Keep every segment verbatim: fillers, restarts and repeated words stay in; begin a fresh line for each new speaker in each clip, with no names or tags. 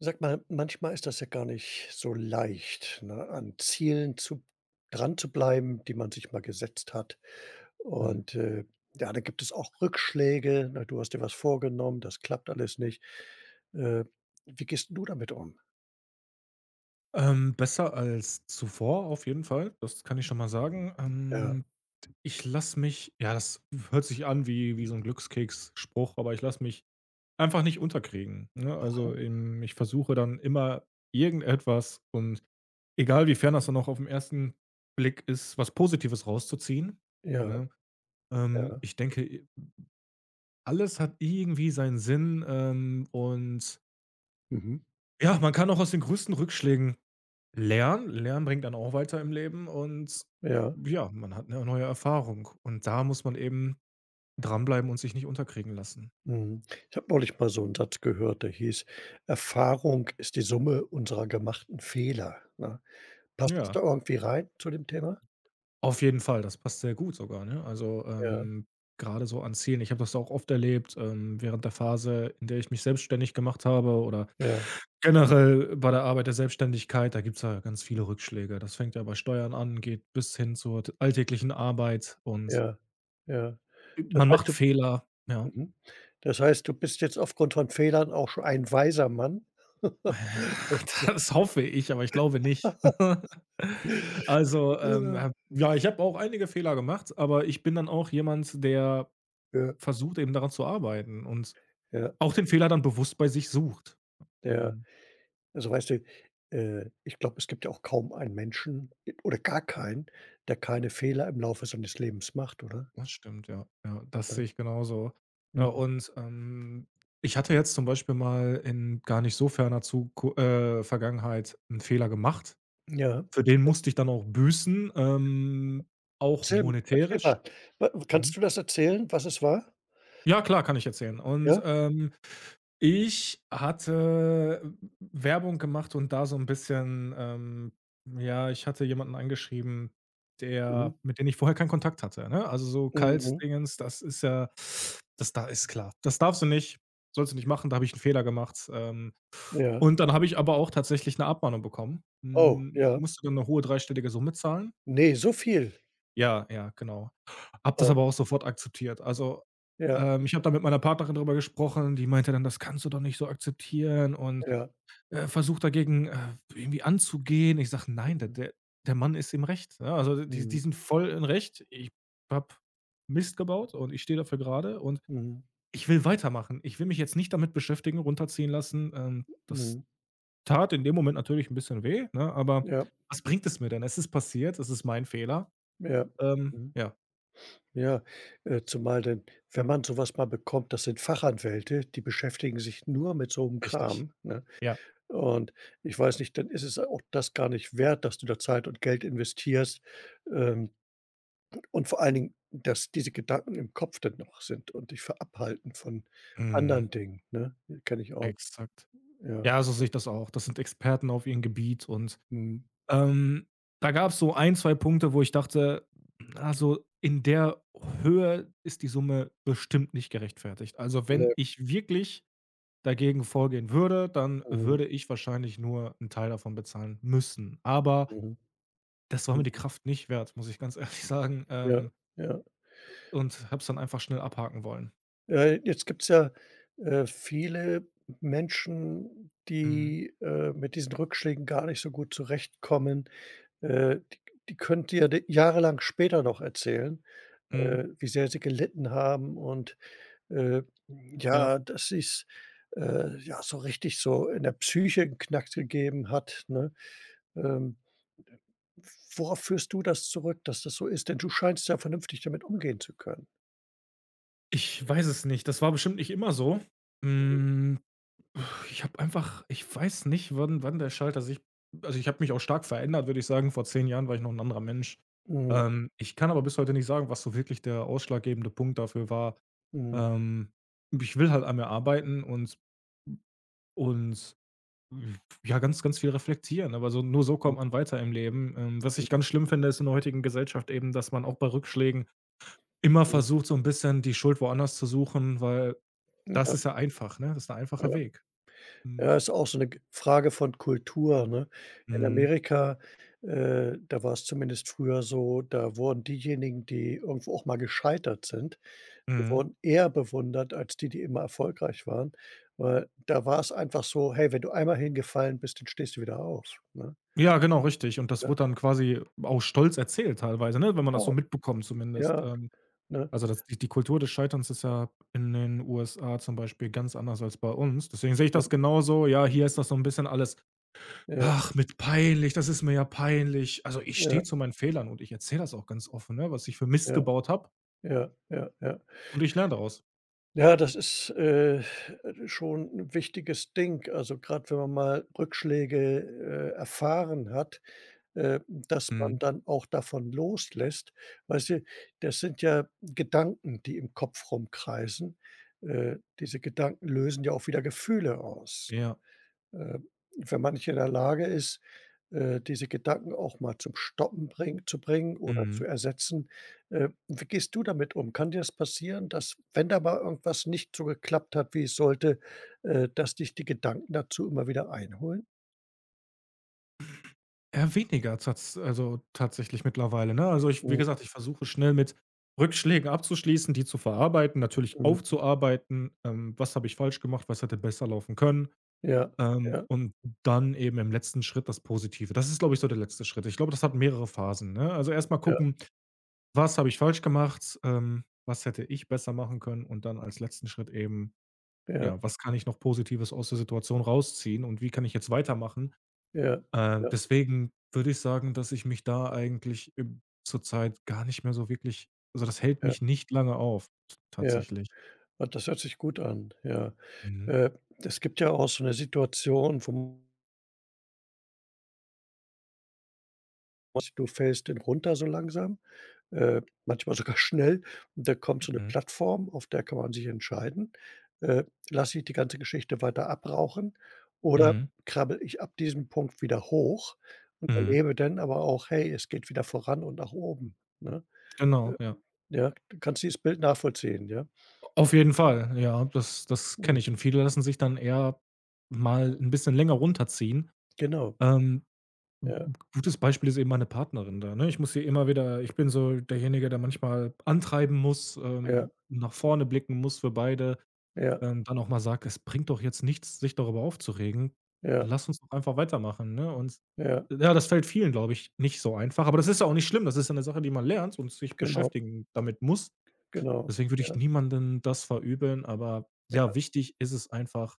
Sag mal, manchmal ist das ja gar nicht so leicht, ne, an Zielen zu dran zu bleiben, die man sich mal gesetzt hat.
Mhm.
Und, äh, ja, da gibt es auch Rückschläge, ne? Du hast dir was vorgenommen, das klappt alles nicht. Äh, wie gehst 'n du damit um?
Ähm, besser als zuvor auf jeden Fall, das kann ich schon mal sagen.
Ja,
Ähm, ich lasse mich ja, das hört sich an wie wie so ein Glückskeks-Spruch, aber ich lasse mich einfach nicht unterkriegen, ne? Also, ähm, ich versuche dann immer irgendetwas und egal wie fern das dann auch aufm ersten Blick ist, was Positives rauszuziehen,
ja,
ne? Ähm,
ja.
ich denke, alles hat irgendwie seinen Sinn, ähm, und
Mhm.
ja, man kann auch aus den größten Rückschlägen Lernen Lernen bringt dann auch weiter im Leben und
Ja.
ja, man hat eine neue Erfahrung und da muss man eben dranbleiben und sich nicht unterkriegen lassen.
Mhm. Ich habe neulich mal so einen Satz gehört, der hieß: „Erfahrung ist die Summe unserer gemachten Fehler“, ne? Passt das
Ja,
da irgendwie rein zu dem Thema?
auf jeden Fall, das passt sehr gut sogar, ne? Also,
Ja,
ähm, grade so an Zielen. Ich habe das auch oft erlebt, ähm, während der Phase, in der ich mich selbstständig gemacht habe oder
ja,
generell bei der Arbeit der Selbstständigkeit, da gibt's ja ganz viele Rückschläge. Das fängt ja bei Steuern an, geht bis hin zur t alltäglichen Arbeit und
ja, ja. Das
man
heißt,
macht
du
Fehler, ja.
Mhm. Das heißt, du bist jetzt aufgrund von Fehlern auch schon ein weiser Mann.
Das hoffe ich, aber ich glaube nicht. Also, ähm,
Ja,
ha ja, ich habe auch einige Fehler gemacht, aber ich bin dann auch jemand, der
ja,
versucht, eben daran zu arbeiten und
ja,
auch den Fehler dann bewusst bei sich sucht.
ja.
Ähm,
Also, weißt du, äh, ich glaube, es gibt ja auch kaum einen Menschen i- oder gar keinen, der keine Fehler im Laufe seines Lebens macht, oder?
Das stimmt, ja. Ja, das
Ja.
sehe ich genauso. Ne,
Mhm.
und, ähm, ich hatte jetzt zum Beispiel mal in gar nicht so ferner Zuku äh, Vergangenheit einen Fehler gemacht.
Ja.
Für den musste ich dann auch büßen, ähm, auch
Erzähl erzähl
monetärisch.
mal. Wa
Mhm.
kannst du das erzählen, was es war?
Ja, klar, kann ich erzählen. Und,
Ja?
ähm, ich hatte Werbung gemacht und da so ein bisschen, ähm ja, ich hatte jemanden angeschrieben,
Mhm.
der mit dem ich vorher keinen Kontakt hatte, ne? Also, so
Mhm.
Kalt-Dingens, das ist ja das, da ist klar. Das darfst du nicht, sollst du nicht machen, da habe ich einen Fehler gemacht. Ähm,
Ja.
und dann habe ich aber auch tatsächlich eine Abmahnung bekommen.
Oh,
Hm,
ja.
musste dann eine hohe dreistellige Summe zahlen.
Ne, so viel.
Ja, ja, genau. Habe das
Oh,
aber auch sofort akzeptiert. Also,
ja,
ähm, ich habe da mit meiner Partnerin drüber gesprochen, die meinte dann: „Das kannst du doch nicht so akzeptieren und,
ja.
äh, versuch dagegen, äh, irgendwie anzugehen.“ Ich sage: „Nein, der
Mhm.
der der Mann ist im Recht, ne? Also, die
Mhm.
die sind voll im Recht. Ich habe Mist gebaut und ich stehe dafür gerade und
Mhm.
ich will weitermachen. Ich will mich jetzt nicht damit beschäftigen, runterziehen lassen.“ Ähm, das
Mhm.
tat in dem Moment natürlich 'n bisschen weh, ne, aber
Ja,
was bringt es mir denn? Es ist passiert, es ist mein Fehler.
ja.
Ähm,
Mhm.
ja,
Ja, äh, zumal denn, wenn man so was mal bekommt, das sind Fachanwälte, die beschäftigen sich nur mit so 'nem
richtig.
Kram, ne?
Ja.
Und ich weiß nicht, dann ist es auch das gar nicht wert, dass du da Zeit und Geld investierst, ähm, und vor allen Dingen, dass diese Gedanken im Kopf dann noch sind und dich von abhalten von
Mhm.
anderen Dingen, ne? Kenne ich auch,
Exakt.
ja.
Ja, so sehe ich das auch. Das sind Experten auf ihrem Gebiet und,
Mhm.
ähm, da gab es so ein zwei Punkte, wo ich dachte: „Also, in der Höhe ist die Summe bestimmt nicht gerechtfertigt.“ Also, wenn
Ne,
ich wirklich dagegen vorgehen würde, dann
mhm,
würde ich wahrscheinlich nur einen Teil davon bezahlen müssen. Aber
mhm,
das war mir die
mhm.
Kraft nicht wert, muss ich ganz ehrlich sagen,
Ja,
ähm,
ja.
und habe es dann einfach schnell abhaken wollen.
Äh, jetzt gibt es ja, äh, viele Menschen,
Mhm.
die, äh, mit diesen Rückschlägen gar nicht so gut zurechtkommen. Äh, die die können dir d jahrelang später noch erzählen,
Mhm.
äh, wie sehr sie gelitten haben und, äh,
Ja.
ja, dass sie es äh, ja, so richtig so in der Psyche 'n Knacks gegeben hat, ne? Ähm, worauf führst du das zurück, dass das so ist? Denn du scheinst ja vernünftig damit umgehen zu können.
Ich weiß es nicht. Das war bestimmt nicht immer so. Hm, ich habe einfach ich weiß nicht, wann wann der Schalter sich, also, ich habe mich auch stark verändert, würde ich sagen. Vor zehn Jahren war ich noch ein anderer Mensch.
Mhm,
Ähm, ich kann aber bis heute nicht sagen, was so wirklich der ausschlaggebende Punkt dafür war.
mhm,
Ähm, Ich will halt an mir arbeiten und und, ja, ganz, ganz viel reflektieren, aber so nur so
mhm,
kommt man weiter im Leben. Ähm, was ich
mhm,
ganz schlimm finde, ist in der heutigen Gesellschaft eben, dass man auch bei Rückschlägen immer
mhm.
versucht, so ein bisschen die Schuld woanders zu suchen, weil das
Ja.
ist ja einfach, ne? Das ist 'n einfacher Weg. Mhm.
Ja, ist auch so 'ne G Frage von Kultur, ne? In
Mhm,
Amerika, äh, da war's zumindest früher so, da wurden diejenigen, die irgendwo auch mal gescheitert sind, die
mhm.
wurden eher bewundert als die, die immer erfolgreich waren, weil da war's einfach so: „Hey, wenn du einmal hingefallen bist, dann stehst du wieder auf“, ne?
Ja, genau, richtig. Und das
Ja,
wurde dann quasi auch stolz erzählt teilweise, ne, wenn man das
genau.
so mitbekommt zumindest.
Ja,
Ähm,
ne?
also, das die die Kultur des Scheiterns ist ja in den U S A zum Beispiel ganz anders als bei uns. Deswegen sehe ich das genauso. Ja, hier ist das so 'n bisschen alles:
Ja,
„Ach, mit peinlich, das ist mir ja peinlich.“ Also, ich
ja,
stehe zu meinen Fehlern und ich erzähle das auch ganz offen, ne, was ich für Mist
ja,
gebaut habe
ja, ja, ja. Ja,
und ich lerne daraus.
ja, das ist, äh, schon 'n wichtiges Ding. Also, grad wenn man mal Rückschläge, äh, erfahren hat, äh, dass man
Mhm.
dann auch davon loslässt. Weißt du, das sind ja Gedanken, die im Kopf rumkreisen. Äh, diese Gedanken lösen ja auch wieder Gefühle aus.
Ja.
Äh, wenn man nicht in der Lage ist, äh, diese Gedanken auch mal zum Stoppen bring, zu bringen oder
Mhm.
zu ersetzen. Äh, wie gehst du damit um? Kann dir das passieren, dass, wenn da mal irgendwas nicht so geklappt hat, wie es sollte, äh, dass dich die Gedanken dazu immer wieder einholen?
Eher weniger tats also, tatsächlich mittlerweile, ne? Also, ich wie
Mhm.
gesagt, ich versuche schnell mit Rückschlägen abzuschließen, die zu verarbeiten, natürlich
Mhm.
aufzuarbeiten. Ähm, was habe ich falsch gemacht? Was hätte besser laufen können?
Ja,
Ähm,
ja,
und dann eben im letzten Schritt das Positive. Das ist, glaube ich, so der letzte Schritt. Ich glaube, das hat mehrere Phasen, ne? Also, erst mal
ja,
gucken, was habe ich falsch gemacht? Ähm, was hätte ich besser machen können? Und dann als letzten Schritt eben,
ja.
ja, was kann ich noch Positives aus der Situation rausziehen und wie kann ich jetzt weitermachen,
Ja,
äh,
ja,
deswegen würde ich sagen, dass ich mich da eigentlich im zurzeit gar nicht mehr so wirklich. Also, das hält
ja,
mich nicht lange auf, t
ja.
tatsächlich.
Ah, das hört sich gut an, ja.
Mhm,
Äh, es gibt ja auch so 'ne Situation, wo man du fällst den runter so langsam, äh, manchmal sogar schnell, und da kommt so 'ne
mhm,
Plattform, auf der kann man sich entscheiden, äh, lasse ich die ganze Geschichte weiter abrauchen oder
mhm,
krabbel ich ab diesem Punkt wieder hoch und
mhm.
erlebe dann aber auch: „Hey, es geht wieder voran und nach oben“, ne?
Genau,
Äh,
ja.
ja, du kannst dieses Bild nachvollziehen, ja?
Auf jeden Fall, ja, das das kenne
Mhm,
ich. Und viele lassen sich dann eher mal ein bisschen länger runterziehen.
genau.
Ähm, 'N
Ja,
gutes Beispiel ist eben meine Partnerin da, ne? Ich muss sie immer wieder ich bin so derjenige, der manchmal antreiben muss,
ja,
ähm, nach vorne blicken muss für beide.
ja,
Ähm, dann auch mal sagt: „Es bringt doch jetzt nichts, sich darüber aufzuregen.
ja.
Lass uns doch einfach weitermachen“, ne? Und
Ja,
ja, das fällt vielen, glaube ich, nicht so einfach, aber das ist ja auch nicht schlimm. Das ist ja 'ne Sache, die man lernt und sich
genau,
beschäftigen damit muss.
genau.
Deswegen würde ich
Ja,
niemandem das verübeln, aber ja, wichtig ist es einfach,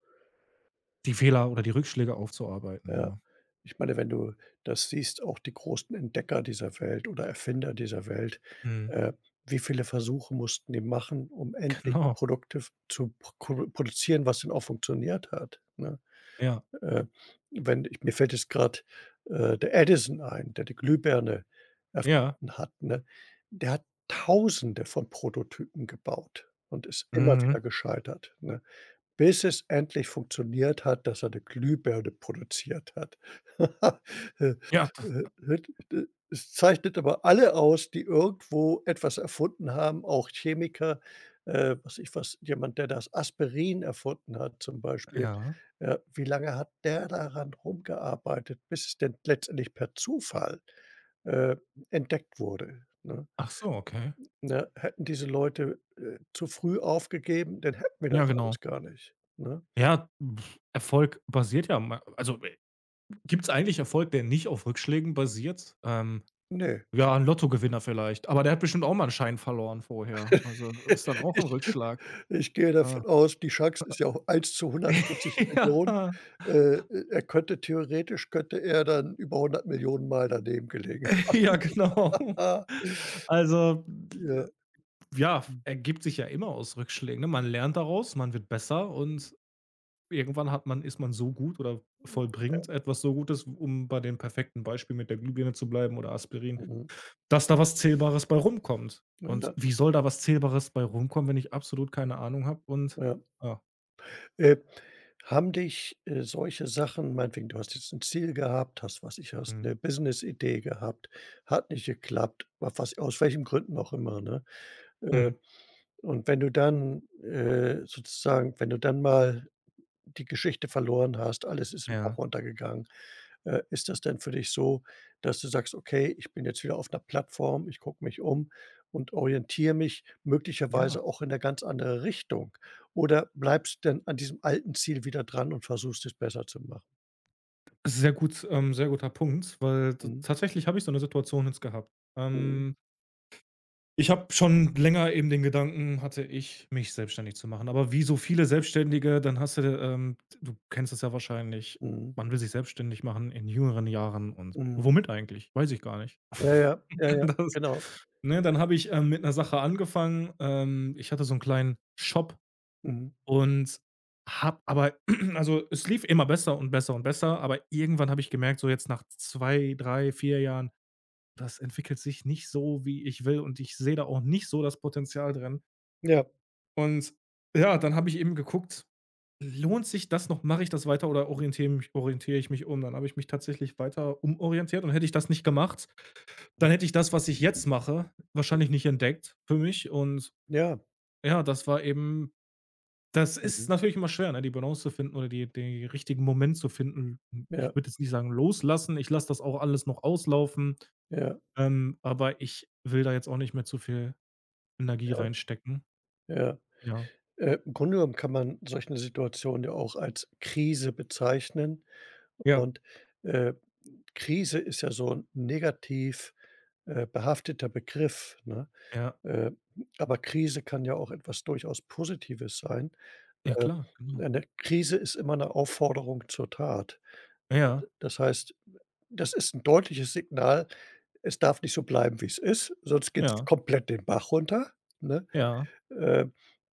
die Fehler oder die Rückschläge aufzuarbeiten,
ja.
ja.
Ich meine, wenn du das siehst, auch die großen Entdecker dieser Welt oder Erfinder dieser Welt,
Mhm.
äh, wie viele Versuche mussten die machen, um endlich
Genau.
Produkte f zu pro produzieren, was denn auch funktioniert hat, ne?
Ja.
Äh, wenn ich mir fällt jetzt gerade äh, der Edison ein, der die Glühbirne
Ja.
erfunden hat, ne? Der hat Tausende von Prototypen gebaut und ist immer
Mhm.
wieder gescheitert, ne? Bis es endlich funktioniert hat, dass er eine Glühbirne produziert hat. Äh,
Ja, d
äh, äh, es zeichnet aber alle aus, die irgendwo etwas erfunden haben, auch Chemiker, äh, was ich was jemand, der das Aspirin erfunden hat zum Beispiel.
ja.
Ja, wie lange hat der daran rumgearbeitet, bis es denn letztendlich per Zufall, äh, entdeckt wurde, ne?
Ach so, okay.
Ne, hätten diese Leute, äh, zu früh aufgegeben, dann hätten wir das
Ja, genau.
alles gar nicht, ne?
Ja, pf, Erfolg basiert ja ma also Gibt es eigentlich Erfolg, der nicht auf Rückschlägen basiert? Ähm,
Ne.
ja, ein Lottogewinner vielleicht, aber der hat bestimmt auch mal einen Schein verloren vorher. Also, ist dann auch ein
Ich
Rückschlag.
ich gehe
Ah.
davon aus, die Chance ist ja auch eins zu hundertvierzig Millionen.
Ja,
äh, er könnte theoretisch könnte er dann über hundert Millionen Mal daneben gelegen
ja, genau.
ha
Also, d-
ja,
ja, ergibt sich ja immer aus Rückschlägen, ne? Man lernt daraus, man wird besser und irgendwann hat man ist man so gut oder vollbringt etwas so Gutes, um bei dem perfekten Beispiel mit der Glühbirne zu bleiben oder Aspirin,
mhm,
dass da was Zählbares bei rumkommt. Und
ja,
wie soll da was Zählbares bei rumkommen, wenn ich absolut keine Ahnung habe und
ja.
ja.
Äh, haben dich, äh, solche Sachen meinetwegen, du hast jetzt ein Ziel gehabt, hast was ich hast
Mhm.
eine Business-Idee gehabt, hat nicht geklappt, wa was aus welchen Gründen auch immer, ne?
Mhm.
Äh, und wenn du dann, äh, sozusagen wenn du dann mal die Geschichte verloren hast, alles ist im Bach
Ja.
runtergegangen. Äh, ist das denn für dich so, dass du sagst: „Okay, ich bin jetzt wieder auf einer Plattform, ich gucke mich um und orientiere mich möglicherweise
Ja.
auch in 'ne ganz andere Richtung?“ Oder bleibst du denn an diesem alten Ziel wieder dran und versuchst, es besser zu machen?
Sehr gut ähm, sehr guter Punkt, weil t
Mhm.
tatsächlich habe ich so 'ne Situation jetzt gehabt.
Mhm.
Ähm Ich habe schon länger eben den Gedanken hatte ich, mich selbstständig zu machen. Aber wie so viele Selbstständige, dann hast du, ähm du kennst es ja wahrscheinlich,
Mhm.
man will sich selbstständig machen in jüngeren Jahren und
Mhm.
womit eigentlich? Weiß ich gar nicht.
Ja, ja, ja, ja,
Das
genau.
Ne, dann habe ich, ähm, mit einer Sache angefangen. Ähm, ich hatte so einen kleinen Shop
Mhm.
und habe aber also, es lief immer besser und besser und besser, aber irgendwann habe ich gemerkt, so jetzt nach zwei, drei, vier Jahren das entwickelt sich nicht so, wie ich will und ich sehe da auch nicht so das Potenzial drin.
Ja.
Und ja, dann habe ich eben geguckt, lohnt sich das noch? Mache ich das weiter oder orientiere mich orientiere ich mich um? Dann habe ich mich tatsächlich weiter umorientiert und hätte ich das nicht gemacht, dann hätte ich das, was ich jetzt mache, wahrscheinlich nicht entdeckt für mich und
Ja.
ja, das war eben das ist
Mhm.
natürlich immer schwer, ne, die Balance zu finden oder die den richtigen Moment zu finden. Ich
Ja,
würde jetzt nicht sagen loslassen, ich lasse das auch alles noch auslaufen,
ja,
ähm, aber ich will da jetzt auch nicht mehr zu viel Energie
ja,
reinstecken.
ja.
Ja.
Äh, im Grunde genommen kann man solch 'ne Situation ja auch als Krise bezeichnen.
Ja.
Und, äh, Krise ist ja so ein negativ, äh, behafteter Begriff, ne?
Ja.
Äh, aber Krise kann ja auch etwas durchaus Positives sein.
Ja,
Äh,
klar, genau.
eine Krise ist immer eine Aufforderung zur Tat.
Ja,
Das heißt, das ist ein deutliches Signal, es darf nicht so bleiben, wie es ist, sonst geht's
ja,
komplett den Bach runter, ne?
ja.
Äh,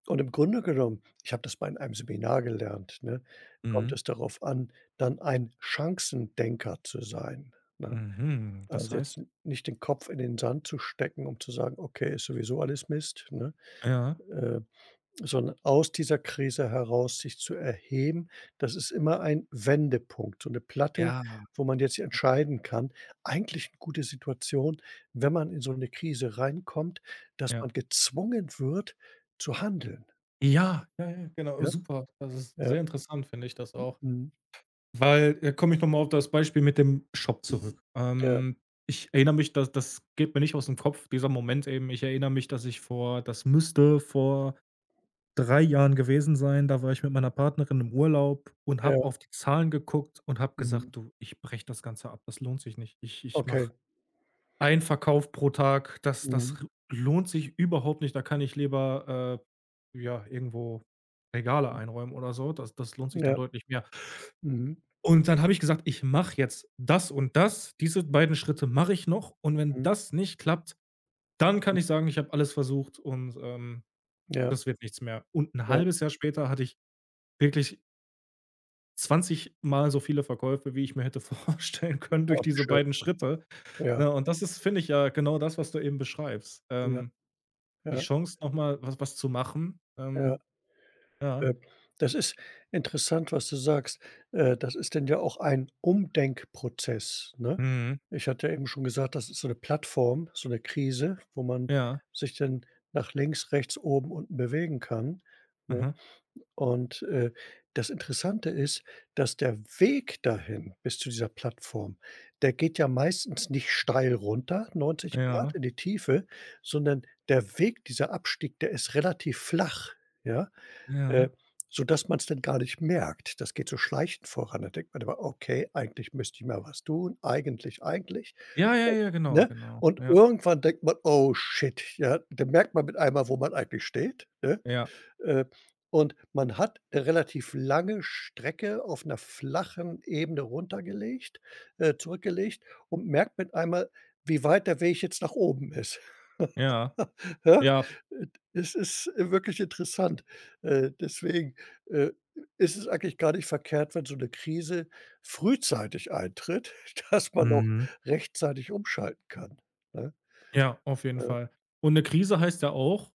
und im Grunde genommen, ich habe das mal in einem Seminar gelernt, ne, kommt
Mhm.
es darauf an, dann ein Chancendenker zu sein, ne?
Mhm. Das
Also, jetzt
heißt,
nicht den Kopf in den Sand zu stecken, um zu sagen: „Okay, ist sowieso alles Mist“, ne?
ja.
Äh, sondern aus dieser Krise heraus sich zu erheben, das ist immer ein Wendepunkt, so eine Platte,
Ja, ja.
wo man jetzt entscheiden kann. Eigentlich eine gute Situation, wenn man in so eine Krise reinkommt, dass
Ja,
man gezwungen wird zu handeln.
ja, ja, genau, Oh,
Ja,
Super. Das ist
ja,
sehr interessant, finde ich das auch,
mhm,
Weil da komme ich noch mal auf das Beispiel mit dem Shop zurück.
ja,
Ähm, ich erinnere mich, dass das geht mir nicht aus dem Kopf, dieser Moment eben. Ich erinnere mich, dass ich vor das müsste vor drei Jahren gewesen sein. Da war ich mit meiner Partnerin im Urlaub und habe
ja,
auf die Zahlen geguckt und habe gesagt:
mhm,
„Du, ich breche das Ganze ab. Das lohnt sich nicht. Ich ich mache
okay,
einen Verkauf pro Tag. Das das
mhm,
r lohnt sich überhaupt nicht. Da kann ich lieber, äh, ja, irgendwo Regale
mhm,
einräumen oder so. Das das lohnt sich dann
ja,
deutlich mehr.“
mhm,
Und dann habe ich gesagt: „Ich mache jetzt das und das. Diese beiden Schritte mache ich noch und wenn
mhm,
das nicht klappt, dann kann
mhm,
ich sagen, ich habe alles versucht und, ähm,
ja,
das wird nichts mehr.“ Und ein
ja,
halbes Jahr später hatte ich wirklich zwanzig mal so viele Verkäufe, wie ich mir hätte vorstellen können durch
oh, wie
diese
schön,
beiden Schritte,
ja,
ne? Und das ist, finde ich, ja genau das, was du eben beschreibst.
ja,
Ähm, die
ja,
Chance, noch mal was was zu machen,
ja.
ähm, ja.
Äh, das ist interessant, was du sagst. Äh, das ist denn ja auch ein Umdenkprozess, ne?
Mhm.
Ich hatte ja eben schon gesagt, das ist so 'ne Plattform, so 'ne Krise, wo man
Ja.
sich dann nach links, rechts, oben, unten bewegen kann, ne?
Mhm.
Und, äh, das Interessante ist, dass der Weg dahin bis zu dieser Plattform, der geht ja meistens nicht steil runter, neunzig Grad
Ja.
in die Tiefe, sondern der Weg, dieser Abstieg, der ist relativ flach, ja, äh,
Ja.
sodass man es dann gar nicht merkt. Das geht so schleichend voran. Da denkt man immer: „Okay, eigentlich müsste ich mal was tun. Eigentlich, eigentlich.“
Ja, ja,
Und
ja, genau,
ne?
genau.
Und
Ja,
irgendwann denkt man: „Oh shit“, ja? Dann merkt man mit einmal, wo man eigentlich steht, ne?
ja,
Äh, und man hat eine relativ lange Strecke auf einer flachen Ebene runtergelegt äh, zurückgelegt und merkt mit einmal, wie weit der Weg jetzt nach oben ist.
ja,
Ja?
ja.
Äh, es ist, äh, wirklich interessant. Äh, deswegen, äh, ist es eigentlich gar nicht verkehrt, wenn so eine Krise frühzeitig eintritt, dass man auch
Mhm.
rechtzeitig umschalten kann, ne?
Ja, auf jeden
Ja.
Fall. Und eine Krise heißt ja auch,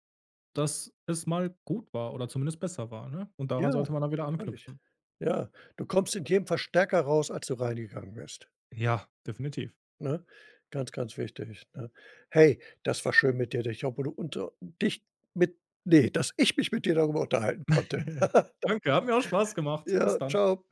dass es mal gut war oder zumindest besser war, ne? Und daran
Ja,
sollte man dann wieder
natürlich.
anknüpfen.
Ja, du kommst in jedem Fall stärker raus, als du reingegangen bist,
Ja, definitiv.
ne? Ganz, ganz wichtig, ne? Hey, das war schön mit dir, dich obwohl du unter dich mit ne, dass ich mich mit dir darüber unterhalten konnte.
Danke, hat mir auch Spaß gemacht. Bis
Ja,
dann.
tschau.